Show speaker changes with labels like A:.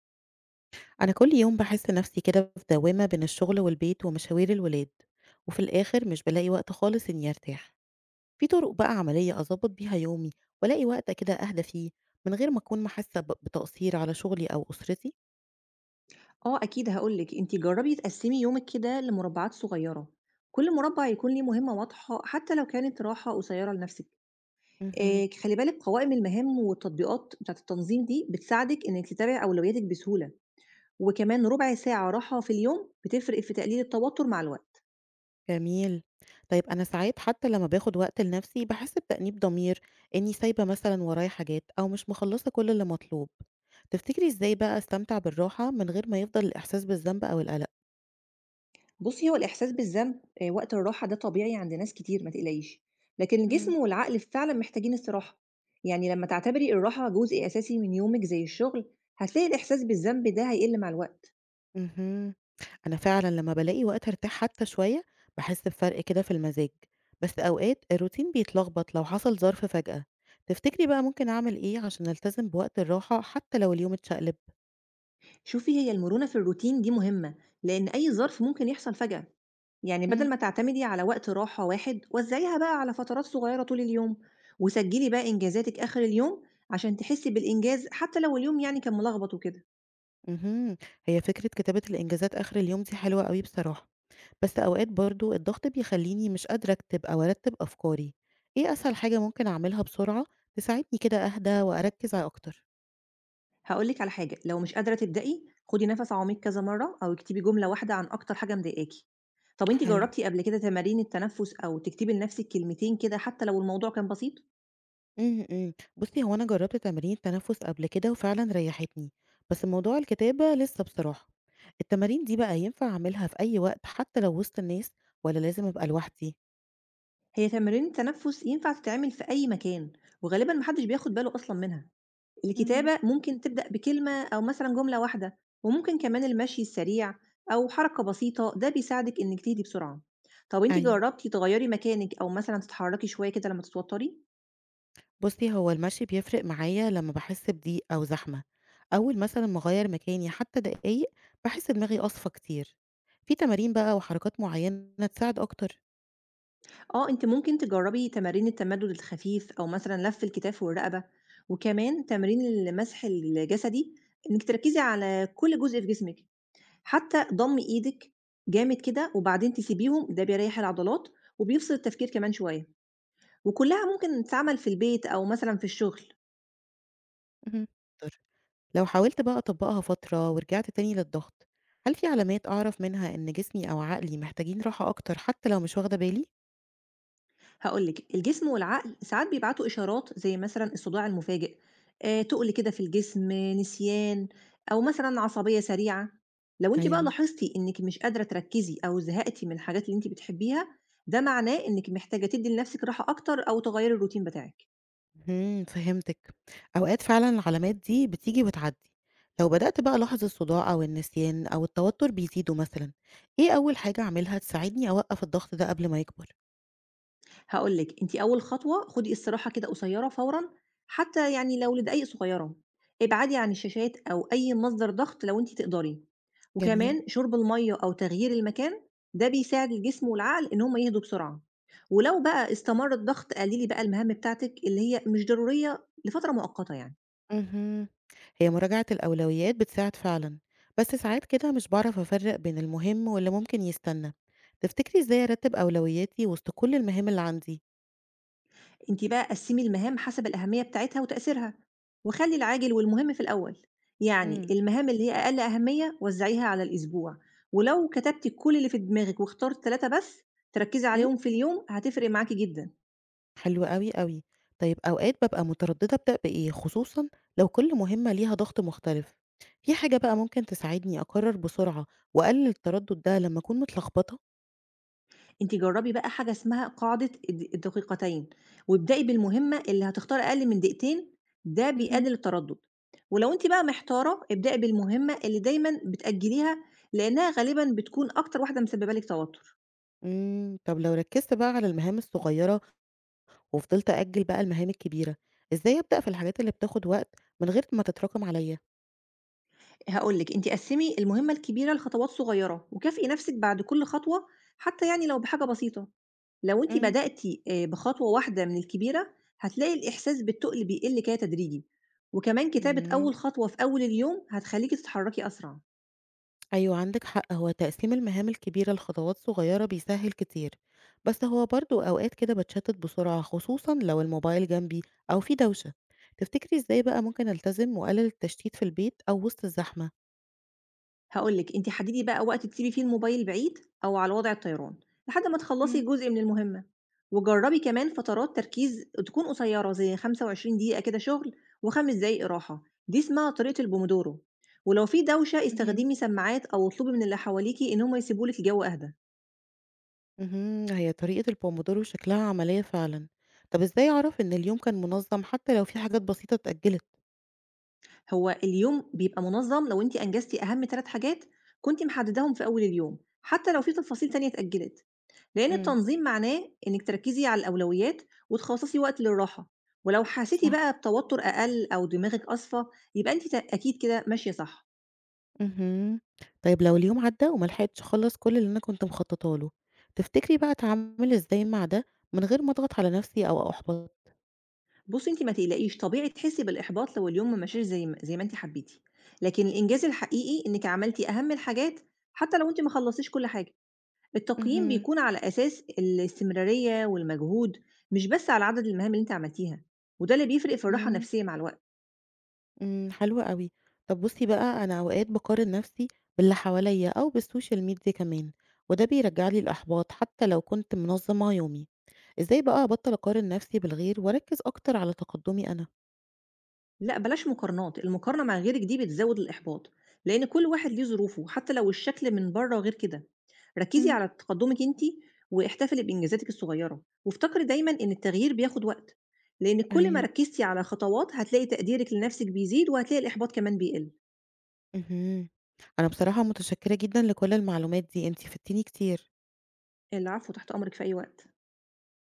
A: أنا كل يوم بحس نفسي كده في دوامة بين الشغل والبيت ومشاوير الولاد، وفي الآخر مش بلاقي وقت خالص إني أرتاح. في طرق بقى عملية أظبط بيها يومي وألاقي وقت كده أهدى فيه من غير ما أكون محاسة بتقصير على شغلي أو أسرتي؟
B: آه أكيد هاقول لِك، أنتِ جرّبي تقسّمي يومِك كده لمربعات صغيّرة، كل مربع يكون ليه مهمة واضحة حتى لو كانت راحة قصيّرة لنفسِك،
A: مهم.
B: خلّي بالِك قوائم المهام والتطبيقات بتاعة التنظيم دي بتساعدِك إنِّك تتابعي أولوياتِك بسهولة، وكمان ربع ساعة راحة في اليوم بتفرق في تقليل التوتر مع الوقت.
A: جميل. طيب أنا ساعات حتى لما باخد وقت لنفسي بحس بتأنيب ضمير إني سايبة مثلا ورايا حاجات أو مش مخلصة كل اللي مطلوب. تفتكري إزاي بقى أستمتع بالراحة من غير ما يفضل الإحساس بالذنب أو القلق؟
B: بُصّي، هو الإحساس بالذنب وقت الراحة ده طبيعي عند ناس كتير ما تقلقيش، لكن الجسم والعقل فعلًا محتاجين استراحة، يعني لمّا تعتبري الراحة جزء أساسي من يومِك زي الشغل، هتلاقي الإحساس بالذنب ده هيقِل مع الوقت.
A: اهم. أنا فعلًا لمّا بالاقي وقت أرتاح حتى شوية، باحس بفرق كده في المزاج، بس أوقات الروتين بيتلخبط لو حصل ظرف فجأة. تفتكري بقى ممكن أعمل إيه عشان ألتزم بوقت الراحة حتى لو اليوم اتشقلب؟
B: شوفي، هي المرونة في الروتين دي مهمة لأن أي ظرف ممكن يحصل فجأة، يعني
A: مم.
B: بدل ما تعتمدي على وقت راحة واحد وزعيها بقى على فترات صغيرة طول اليوم. وسجلي بقى إنجازاتك آخر اليوم عشان تحسي بالإنجاز حتى لو اليوم يعني كان ملخبط وكده.
A: اهم. هي فكرة كتابة الإنجازات آخر اليوم دي حلوة أوي بصراحة، بس أوقات برضه الضغط بيخلّيني مش قادرة أكتب أو أرتب أفكاري. إيه أسهل حاجة ممكن أعملها بسرعة تساعدني كده أهدى وأركز على أكتر؟
B: هقولك على حاجة، لو مش قادرة تبدأي خدي نفس عميق كذا مرة أو اكتبي جملة واحدة عن أكتر حاجة مضايقاكي. طب انت
A: حلو.
B: جربتي قبل كده تمارين التنفس أو تكتبي لنفسك كلمتين كده حتى لو الموضوع كان بسيط؟
A: إمم, إمم. بُصّي، هو أنا جرّبت تمارين تنفُّس قبل كده وفعلًا ريّحتني، بس موضوع الكتابة لسه بصراحة. التمارين دي بقى ينفع أعملها في أي وقت حتى لو وسط الناس والّا لازم أبقى لوحدي؟
B: هي تمارين التنفس ينفع تتعمل في أي مكان، وغالبا محدش بياخد باله أصلا منها.
A: إمم.
B: الكتابة ممكن تبدأ بكلمة أو مثلا جملة واحدة، وممكن كمان المشي السريع أو حركة بسيطة، ده بيساعدك إنك تهدي بسرعة. طب انت
A: أيوه.
B: جربتي تغيري مكانك او مثلا تتحركي شويه كده لما تتوتري؟
A: بُصّي، هو المشي بيفرق معايا لمّا باحس بضيق أو زحمة. أول مثلًا ما أغيّر مكاني حتى دقايق، باحس دماغي أصفى كتير. في تمارين بقى وحركات معيّنة تساعد أكتر؟
B: اه انت ممكن تجربي تمارين التمدد الخفيف او مثلا لف الكتاف والرقبه، وكمان تمارين المسح الجسدي، انك تركزي على كل جزء في جسمك، حتى ضم ايدك جامد كده وبعدين تسيبيهم، ده بيريح العضلات وبيفصل التفكير كمان شويه، وكلها ممكن تتعمل في البيت أو مثلًا في الشغل.
A: اهم. لو حاولت بقى أطبّقها فترة ورجعت تاني للضغط، هل في علامات أعرف منها إن جسمي أو عقلي محتاجين راحة أكتر حتى لو مش واخدة بالي؟
B: هاقول لِك، الجسم والعقل ساعات بيبعتوا إشارات زي مثلًا الصداع المفاجئ، تُقل كده في الجسم، نسيان، أو مثلًا عصبية سريعة. لو أنتِ بقى
A: أيوه.
B: لاحظتِ إنِك مش قادرة تركّزي أو زهقتِ من الحاجات اللي أنتِ بتحبيها، ده معناه إنِك محتاجة تدّي لنفسِك راحة أكتر أو تغيّري الروتين بتاعِك.
A: اهم، فهمتك. أوقات فعلًا العلامات دي بتيجي وتعدّي. لو بدأت بقى ألاحظ الصداع أو النسيان أو التوتر بيزيدوا مثلًا، إيه أول حاجة أعملها تساعدني أوقّف الضغط ده قبل ما يكبر؟
B: هاقول لِك، أنتِ أول خطوة خُدي استراحة كده قصيّرة فورًا، حتى يعني لو لدقايق صغيّرة، ابعدي عن الشاشات أو أي مصدر ضغط لو أنتِ تقدري،
A: جميل.
B: وكمان شُرب المَيّة أو تغيير المكان، ده بيساعد الجسم والعقل إن هُم يهدوا بسرعة، ولو بقى استمر الضغط قلّلي بقى المهام بتاعتِك اللي هي مش ضرورية لفترة مؤقتة يعني.
A: اهم. هي مراجعة الأولويات بتساعد فعلًا، بس ساعات كده مش باعرف أفرّق بين المهم واللي ممكن يستنى. تفتكري إزاي أرتّب أولوياتي وسط كل المهام اللي عندي؟
B: أنتِ بقى قسّمي المهام حسب الأهمية بتاعتها وتأثيرها، وخلّي العاجل والمهم في الأول، يعني
A: إمم.
B: المهام اللي هي أقل أهمية وزّعيها على الأسبوع، ولو كتبتِ كل اللي في دماغِك واخترتِ 3 بس تركّزي
A: إمم.
B: عليهم في اليوم هتفرق معاكِ جدًا.
A: حلو أوي، أوي. طيب أوقات بابقى مترددة أبدأ بإيه، خصوصًا لو كل مهمة ليها ضغط مختلف. في حاجة بقى ممكن تساعدني أقرر بسرعة وأقلل التردد ده لمّا أكون متلخبطة؟
B: أنتِ جرّبي بقى حاجة اسمها قاعدة الدقيقتين، وابدئي بالمهمة اللي هتختار أقل من دقيقتين، ده
A: اهم.
B: بيقلل التردد، ولو أنتِ بقى محتارة ابدئي بالمهمة اللي دايمًا بتأجّليها لإنها غالبًا بتكون أكتر واحدة مسبّبة لِك توتر.
A: إمم. طب لو ركزت بقى على المهام الصغيرة وفضلت أأجل بقى المهام الكبيرة، إزاي أبدأ في الحاجات اللي بتاخد وقت من غير ما تتراكم عليَّ؟
B: هاقول لِك، أنتِ قسّمي المهمة الكبيرة لخطوات صغيرة، وكافئي نفسِك بعد كل خطوة حتى يعني لو بحاجة بسيطة. لو أنتِ
A: إمم.
B: بدأتِ بخطوة واحدة من الكبيرة، هتلاقي الإحساس بالتُقل بيقل كده تدريجي، وكمان كتابة
A: إمم،
B: أول خطوة في أول اليوم هتخلّيكِ تتحرّكي أسرع.
A: أيوه عندِك حق، هو تقسيم المهام الكبيرة لخطوات صغيرة بيسهّل كتير، بس هو برضه أوقات كده باتشتت بسرعة خصوصًا لو الموبايل جنبي أو في دوشة. تفتكري إزاي بقى ممكن ألتزم وأقلل التشتيت في البيت أو وسط الزحمة؟
B: هاقول لِك، أنتِ حددي بقى وقت تسيبي فيه الموبايل بعيد أو على وضع الطيران، لحد ما تخلّصي
A: إمم.
B: جزء من المهمة، وجرّبي كمان فترات تركيز تكون قصيّرة زي 25 دقيقة كده شغل و5 دقايق راحة، دي اسمها طريقة البومودورو، ولو في دوشة
A: اهم.
B: استخدمي سماعات أو اطلبي من اللي حواليكِ إن هم يسيبوا لِك الجو أهدى.
A: اهم، هي طريقة البومودورو شكلها عملية فعلًا. طب إزاي أعرف إن اليوم كان منظم حتى لو في حاجات بسيطة اتأجلت؟
B: هو اليوم بيبقى منظّم لو أنتِ أنجزتِ أهم 3 حاجات كنتِ محدّداهم في أول اليوم، حتى لو في تفاصيل تانية اتأجلت. لأن
A: إمم.
B: التنظيم معناه إنِّك تركّزي على الأولويات وتخصّصي وقت للراحة، ولو حسيتِ
A: صح.
B: بقى بتوتُّر أقل أو دماغِك أصفى، يبقى أنتِ أكيد كده ماشية صح.
A: اهم. طيب لو اليوم عدّى وما لحقتش أخلّص كل اللي أنا كنت مخطّطة له، تفتكري بقى أتعامل إزاي مع ده من غير ما أضغط على نفسي أو أحبط؟
B: بُصّي أنتِ ما تقلقيش، طبيعي تحسّي بالإحباط لو اليوم ما مشاش زي ما أنتِ حبّيتِ، لكن الإنجاز الحقيقي إنِّك عملتِ أهم الحاجات حتى لو أنتِ ما خلّصتيش كل حاجة. التقييم
A: اهم.
B: بيكون على أساس الاستمرارية والمجهود، مش بس على عدد المهام اللي أنتِ عملتيها، وده اللي بيفرق في الراحة
A: إمم.
B: النفسية مع الوقت.
A: إمم، حلو أوي. طب بُصّي بقى، أنا أوقات باقارن نفسي باللي حواليّا أو بالسوشيال ميديا كمان، وده بيرجّع لي الإحباط حتى لو كنت منظّمة يومي. إزاي بقى أبطّل أقارن نفسي بالغير وأركّز أكتر على تقدُّمي أنا؟
B: لأ بلاش مقارنات، المقارنة مع غيرِك دي بتزوّد الإحباط، لإن كل واحد ليه ظروفه، حتى لو الشكل من بره غير كده، ركّزي
A: إمم.
B: على تقدمِك أنتِ، واحتفلي بإنجازاتِك الصغيرة، وافتكري دايمًا إن التغيير بياخد وقت، لإن كل ما
A: أيوه.
B: ركّزتِ على خطوات هتلاقي تقديرِك لنفسِك بيزيد، وهتلاقي الإحباط كمان بيقل.
A: اهم. أنا بصراحة متشكّرة جدًا لكل المعلومات دي، أنتِ فدتيني كتير.
B: العفو، تحت أمرِك في أي وقت.